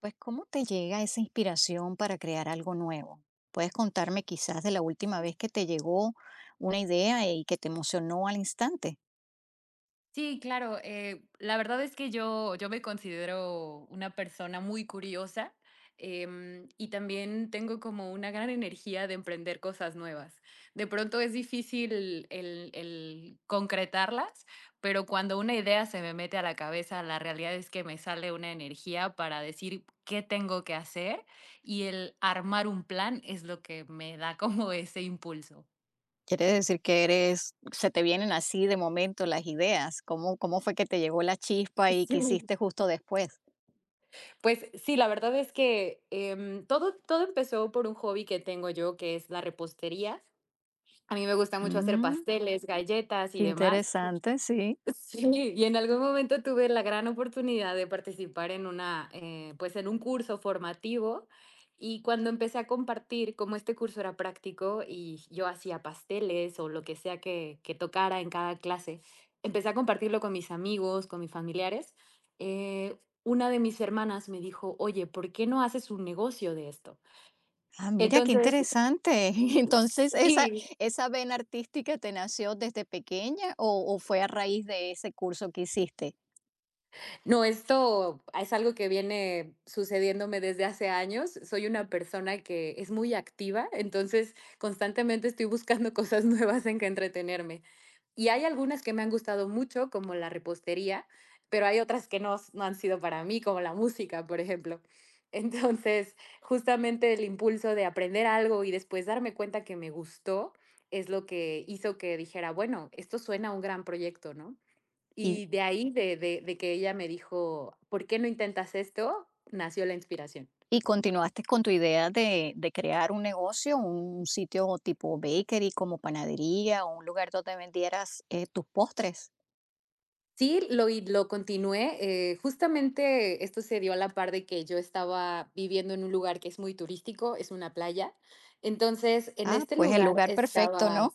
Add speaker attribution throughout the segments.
Speaker 1: Pues, ¿cómo te llega esa inspiración para crear algo nuevo? ¿Puedes contarme quizás de la última vez que te llegó una idea y que te emocionó al instante?
Speaker 2: Sí, claro. La verdad es que yo me considero una persona muy curiosa, y también tengo como una gran energía de emprender cosas nuevas. De pronto es difícil el concretarlas, pero cuando una idea se me mete a la cabeza, la realidad es que me sale una energía para decir qué tengo que hacer, y el armar un plan es lo que me da como ese impulso.
Speaker 1: Quiere decir que eres, se te vienen así de momento las ideas. ¿Cómo fue que te llegó la chispa y
Speaker 2: Sí.
Speaker 1: qué hiciste justo después?
Speaker 2: Pues sí, la verdad es que, todo empezó por un hobby que tengo yo, que es la repostería. A mí me gusta mucho hacer
Speaker 1: Mm,
Speaker 2: pasteles, galletas y
Speaker 1: qué
Speaker 2: demás.
Speaker 1: interesante, sí.
Speaker 2: Sí, y en algún momento tuve la gran oportunidad de participar en una, pues en un curso formativo, y cuando empecé a compartir, como este curso era práctico y yo hacía pasteles o lo que sea que tocara en cada clase, empecé a compartirlo con mis amigos, con mis familiares. eh, una de mis hermanas me dijo, oye, ¿por qué no haces un negocio de esto?
Speaker 1: Ah, mira, qué
Speaker 2: Entonces,
Speaker 1: interesante. Entonces, ¿esa, esa vena artística te nació desde pequeña o fue a raíz de ese curso que hiciste?
Speaker 2: no, esto es algo que viene sucediéndome desde hace años. Soy una persona que es muy activa, entonces constantemente estoy buscando cosas nuevas en que entretenerme. Y hay algunas que me han gustado mucho, como la repostería, pero hay otras que no, no han sido para mí, como la música, por ejemplo. Entonces, justamente el impulso de aprender algo y después darme cuenta que me gustó es lo que hizo que dijera, bueno, esto suena a un gran proyecto, ¿no? Y de ahí, de que ella me dijo: "¿Por qué no intentas esto?", nació la inspiración.
Speaker 1: Y continuaste con tu idea de crear un negocio, un sitio tipo bakery, como panadería, o un lugar donde vendieras, tus postres.
Speaker 2: Sí, lo y lo continué, justamente esto se dio a la par de que yo estaba viviendo en un lugar que es muy turístico, es una playa. Entonces, en
Speaker 1: Ah,
Speaker 2: este
Speaker 1: pues el
Speaker 2: lugar
Speaker 1: lugar perfecto,
Speaker 2: estaba,
Speaker 1: ¿no?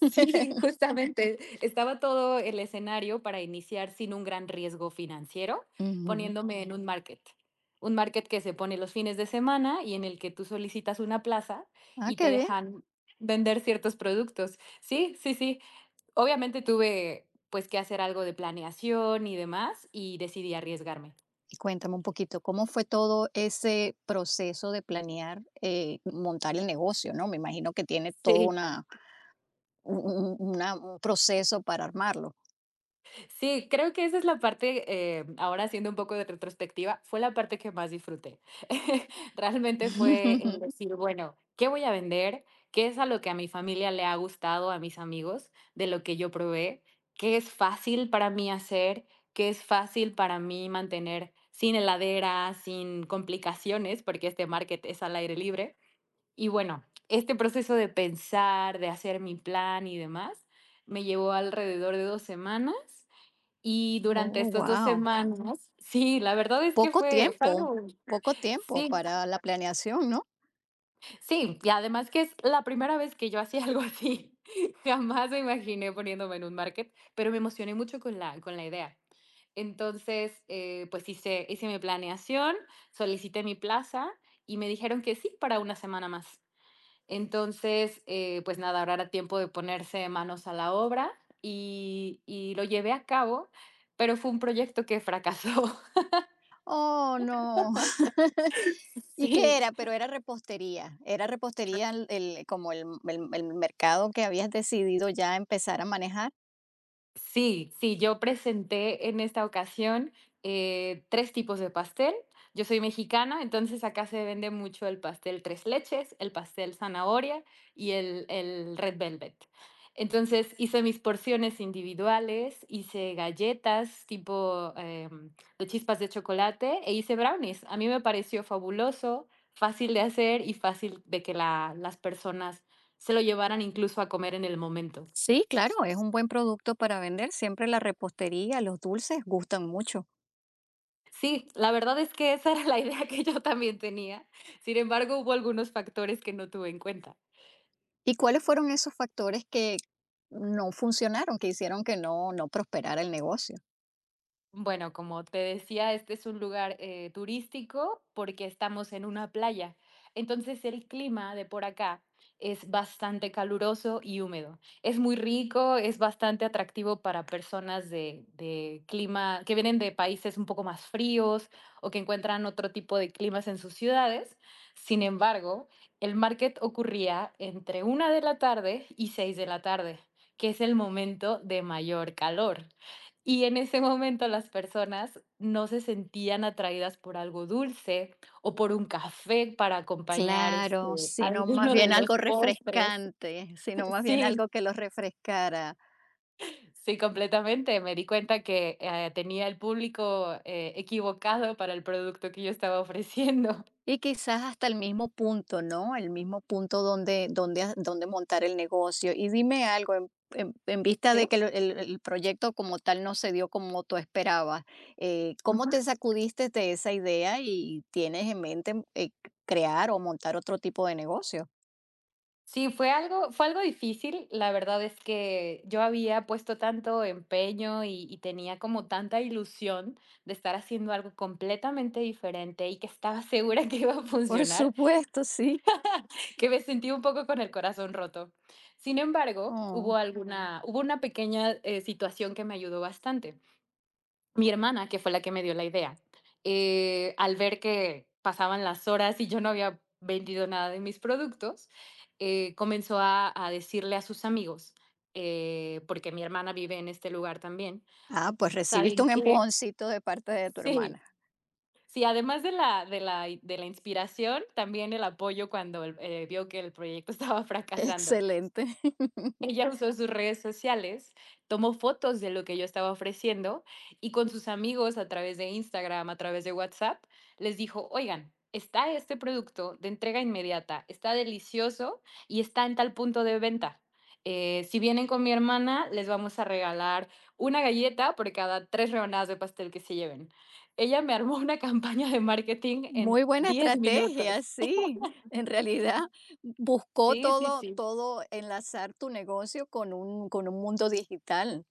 Speaker 2: sí, justamente, estaba todo el escenario para iniciar sin un gran riesgo financiero,
Speaker 1: Ujú.
Speaker 2: poniéndome en un market. Un market que se pone los fines de semana y en el que tú solicitas una plaza
Speaker 1: Ah,
Speaker 2: y te
Speaker 1: qué bien.
Speaker 2: dejan vender ciertos productos. Sí, sí, sí. Obviamente tuve, pues, que hacer algo de planeación y demás, y decidí arriesgarme.
Speaker 1: Y cuéntame un poquito, ¿cómo fue todo ese proceso de planear, montar el negocio, no? Me imagino que tiene todo
Speaker 2: Sí.
Speaker 1: una un proceso para armarlo.
Speaker 2: Sí, creo que esa es la parte, ahora haciendo un poco de retrospectiva, fue la parte que más disfruté. Realmente fue el decir, bueno, ¿qué voy a vender? ¿Qué es a lo que a mi familia le ha gustado, a mis amigos, de lo que yo probé? ¿Qué es fácil para mí hacer? ¿Qué es fácil para mí mantener sin heladera, sin complicaciones, porque este market es al aire libre? Y bueno, este proceso de pensar, de hacer mi plan y demás, me llevó alrededor de 2 semanas, y durante
Speaker 1: Oh,
Speaker 2: estas 2
Speaker 1: wow.
Speaker 2: semanas sí, la verdad es que
Speaker 1: Poco
Speaker 2: fue
Speaker 1: tiempo,
Speaker 2: algo,
Speaker 1: poco tiempo
Speaker 2: sí,
Speaker 1: para la planeación, ¿no?
Speaker 2: sí, y además que es la primera vez que yo hacía algo así, jamás me imaginé poniéndome en un market, pero me emocioné mucho con la idea. Entonces, pues hice mi planeación, solicité mi plaza y me dijeron que sí para 1 semana más. Entonces, pues nada, ahora era tiempo de ponerse manos a la obra y lo llevé a cabo, pero fue un proyecto que fracasó.
Speaker 1: Oh, no. ¿Y qué
Speaker 2: Sí,
Speaker 1: era? Pero era repostería. Era repostería el mercado que habías decidido ya empezar a manejar.
Speaker 2: sí, sí, yo presenté en esta ocasión, 3 tipos de pastel. Yo soy mexicana, entonces acá se vende mucho el pastel tres leches, el pastel zanahoria y el red velvet. Entonces, hice mis porciones individuales, hice galletas tipo, de chispas de chocolate e hice brownies. A mí me pareció fabuloso, fácil de hacer y fácil de que la las personas se lo llevaran incluso a comer en el momento.
Speaker 1: Sí, claro, es un buen producto para vender. Siempre la repostería, los dulces gustan mucho.
Speaker 2: Sí, la verdad es que esa era la idea que yo también tenía. Sin embargo, hubo algunos factores que no tuve en cuenta.
Speaker 1: ¿Y cuáles fueron esos factores que no funcionaron, que hicieron que no prosperara el negocio?
Speaker 2: Bueno, como te decía, este es un lugar turístico porque estamos en una playa. Entonces el clima de por acá es bastante caluroso y húmedo. Es muy rico, es bastante atractivo para personas de clima que vienen de países un poco más fríos, o que encuentran otro tipo de climas en sus ciudades. Sin embargo, el market ocurría entre una de la tarde y seis de la tarde, que es el momento de mayor calor. Y en ese momento las personas no se sentían atraídas por algo dulce o por un café para acompañar, este,
Speaker 1: Claro, sino más
Speaker 2: alguno de
Speaker 1: bien
Speaker 2: los
Speaker 1: algo
Speaker 2: postres.
Speaker 1: refrescante, sino más bien
Speaker 2: Sí,
Speaker 1: algo que los refrescara.
Speaker 2: sí, completamente. Me di cuenta que, tenía el público, equivocado para el producto que yo estaba ofreciendo.
Speaker 1: Y quizás hasta el mismo punto, ¿no? El mismo punto donde, donde montar el negocio. Y dime algo, en vista
Speaker 2: Sí.
Speaker 1: de que el proyecto como tal no se dio como tú esperabas, ¿cómo
Speaker 2: Ujú.
Speaker 1: te sacudiste de esa idea y tienes en mente crear o montar otro tipo de negocio?
Speaker 2: Sí, fue algo difícil. La verdad es que yo había puesto tanto empeño y tenía como tanta ilusión de estar haciendo algo completamente diferente y que estaba segura que iba a
Speaker 1: Por
Speaker 2: funcionar,
Speaker 1: supuesto, sí.
Speaker 2: que me sentí un poco con el corazón roto. Sin embargo,
Speaker 1: Oh.
Speaker 2: hubo una pequeña, situación que me ayudó bastante. Mi hermana, que fue la que me dio la idea, al ver que pasaban las horas y yo no había vendido nada de mis productos, comenzó a decirle a sus amigos, porque mi hermana vive en este lugar también,
Speaker 1: Ah, pues recibiste
Speaker 2: ¿saben
Speaker 1: un
Speaker 2: qué?
Speaker 1: empujoncito de parte de tu
Speaker 2: Sí,
Speaker 1: hermana.
Speaker 2: sí, además de la inspiración, también el apoyo cuando vio que el proyecto estaba fracasando.
Speaker 1: Excelente.
Speaker 2: Ella usó sus redes sociales, tomó fotos de lo que yo estaba ofreciendo, y con sus amigos a través de Instagram, a través de WhatsApp, les dijo, oigan, está este producto de entrega inmediata, está delicioso y está en tal punto de venta. Si vienen con mi hermana, les vamos a regalar una galleta por cada 3 rebanadas de pastel que se lleven. Ella me armó una campaña de marketing en
Speaker 1: Muy buena
Speaker 2: 10
Speaker 1: estrategia,
Speaker 2: minutos.
Speaker 1: sí. En realidad buscó
Speaker 2: Sí, sí,
Speaker 1: todo
Speaker 2: sí.
Speaker 1: todo enlazar tu negocio con un mundo digital.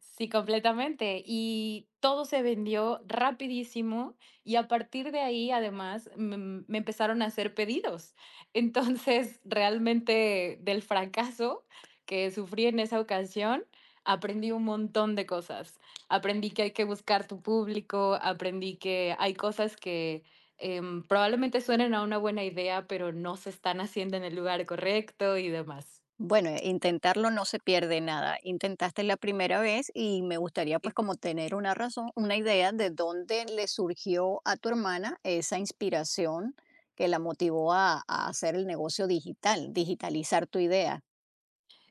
Speaker 2: Sí, completamente. Y todo se vendió rapidísimo, y a partir de ahí, además, me empezaron a hacer pedidos. Entonces, realmente del fracaso que sufrí en esa ocasión, aprendí un montón de cosas. Aprendí que hay que buscar tu público, aprendí que hay cosas que probablemente suenen a una buena idea, pero no se están haciendo en el lugar correcto y demás.
Speaker 1: Bueno, intentarlo no se pierde nada. Intentaste la primera vez y me gustaría, pues, como tener una razón, una idea de dónde le surgió a tu hermana esa inspiración que la motivó a hacer el negocio digital, digitalizar tu idea.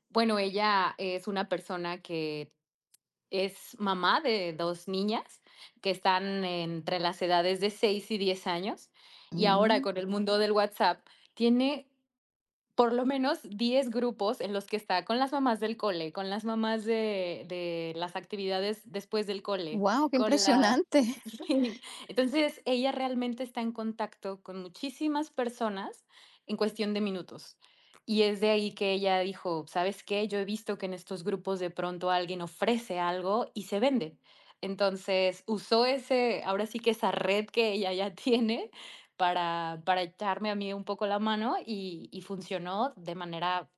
Speaker 2: Bueno, ella es una persona que es mamá de 2 niñas que están entre las edades de 6 y 10 años, y ahora
Speaker 1: Wow,
Speaker 2: con el mundo del WhatsApp tiene por lo menos 10 grupos en los que está con las mamás del cole, con las mamás de las actividades después del cole,
Speaker 1: qué
Speaker 2: con la...
Speaker 1: impresionante.
Speaker 2: Sí. Entonces, ella realmente está en contacto con muchísimas personas en cuestión de minutos. Y es de ahí que ella dijo, ¿sabes qué? Yo he visto que en estos grupos de pronto alguien ofrece algo y se vende. Entonces usó ese, ahora sí que esa red que ella ya tiene para echarme a mí un poco la mano, y funcionó de manera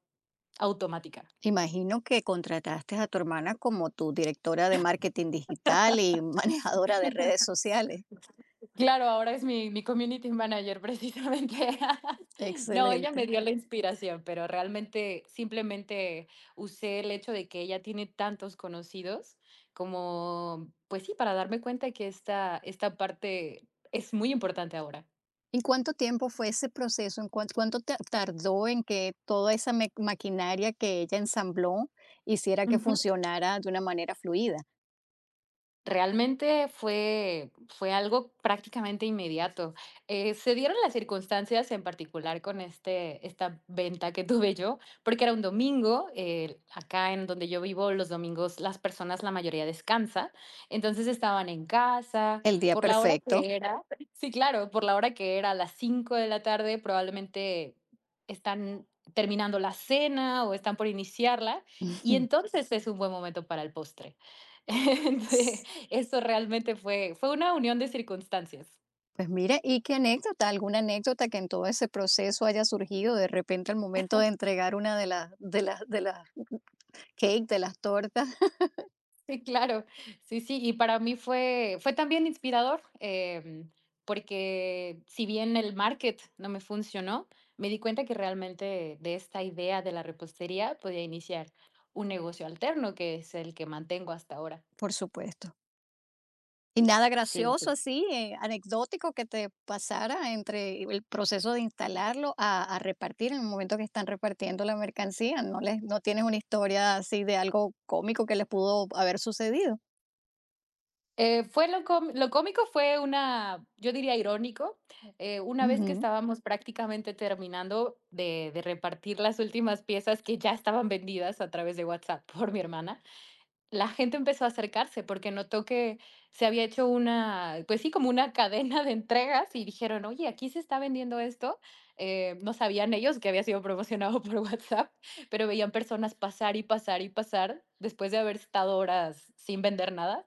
Speaker 2: automática.
Speaker 1: Imagino que contrataste a tu hermana como tu directora de marketing digital y manejadora de redes sociales.
Speaker 2: Claro, ahora es mi community manager precisamente. No, ella
Speaker 1: Excelente.
Speaker 2: me dio la inspiración, pero realmente simplemente usé el hecho de que ella tiene tantos conocidos como, pues sí, para darme cuenta que esta parte es muy importante ahora.
Speaker 1: ¿Y cuánto tiempo fue ese proceso? Cuánto tardó en que toda esa maquinaria que ella ensambló hiciera que
Speaker 2: Ujú.
Speaker 1: funcionara de una manera fluida?
Speaker 2: Realmente fue algo prácticamente inmediato. Se dieron las circunstancias en particular con esta venta que tuve yo, porque era un domingo, acá en donde yo vivo, los domingos las personas, la mayoría descansa, entonces estaban en casa,
Speaker 1: El día
Speaker 2: por la hora
Speaker 1: perfecto.
Speaker 2: que era, sí, claro, por la hora que era, a las 5 de la tarde, probablemente están terminando la cena o están por iniciarla, y entonces es un buen momento para el postre. Eso realmente fue una unión de circunstancias.
Speaker 1: Pues mira, ¿y qué anécdota? ¿Alguna anécdota que en todo ese proceso haya surgido de repente al momento de entregar una de las cake, de las tortas?
Speaker 2: Sí, claro. Sí, sí, y para mí fue también inspirador, porque si bien el market no me funcionó, me di cuenta que realmente de esta idea de la repostería podía iniciar un negocio alterno, que es el que mantengo hasta ahora.
Speaker 1: Por supuesto. ¿Y nada
Speaker 2: Sí.
Speaker 1: gracioso así, anecdótico que te pasara entre el proceso de instalarlo a repartir en el momento que están repartiendo la mercancía? ¿No les, no tienes una historia así de algo cómico que les pudo haber sucedido?
Speaker 2: Fue lo com Lo cómico fue una, yo diría, irónico, una vez que
Speaker 1: Ujú.
Speaker 2: estábamos prácticamente terminando de repartir las últimas piezas que ya estaban vendidas a través de WhatsApp por mi hermana, la gente empezó a acercarse porque notó que se había hecho una, pues sí, como una cadena de entregas y dijeron: "Oye, aquí se está vendiendo esto". No sabían ellos que había sido promocionado por WhatsApp, pero veían personas pasar y pasar y pasar después de haber estado horas sin vender nada,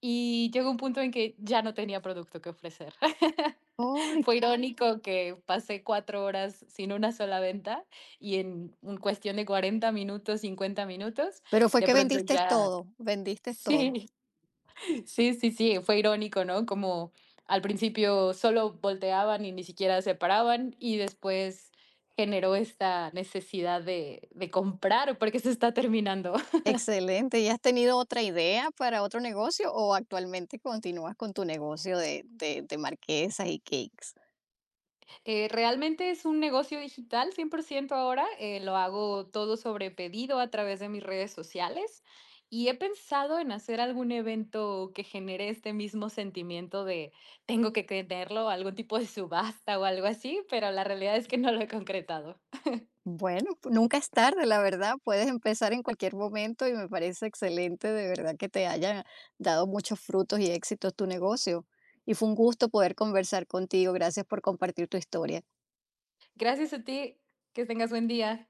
Speaker 2: y llegó un punto en que ya no tenía producto que ofrecer.
Speaker 1: Ay,
Speaker 2: Fue
Speaker 1: qué-
Speaker 2: irónico que pasé 4 horas sin una sola venta, y en un cuestión de 40 minutos, 50 minutos,
Speaker 1: pero fue
Speaker 2: de
Speaker 1: que
Speaker 2: pronto
Speaker 1: vendiste
Speaker 2: ya,
Speaker 1: todo, vendiste todo.
Speaker 2: sí, sí, sí, sí, fue irónico, ¿no? Como al principio solo volteaban y ni siquiera se paraban, y después generó esta necesidad de comprar porque se está terminando.
Speaker 1: Excelente. ¿Y has tenido otra idea para otro negocio o actualmente continúas con tu negocio de, de marquesas y cakes?
Speaker 2: Realmente es un negocio digital 100% ahora, lo hago todo sobre pedido a través de mis redes sociales, y he pensado en hacer algún evento que genere este mismo sentimiento de tengo que tenerlo, algún tipo de subasta o algo así, pero la realidad es que no lo he concretado.
Speaker 1: Bueno, nunca es tarde, la verdad, puedes empezar en cualquier momento y me parece excelente, de verdad, que te haya dado muchos frutos y éxitos tu negocio. Y fue un gusto poder conversar contigo. Gracias por compartir tu historia.
Speaker 2: Gracias a ti, que tengas buen día.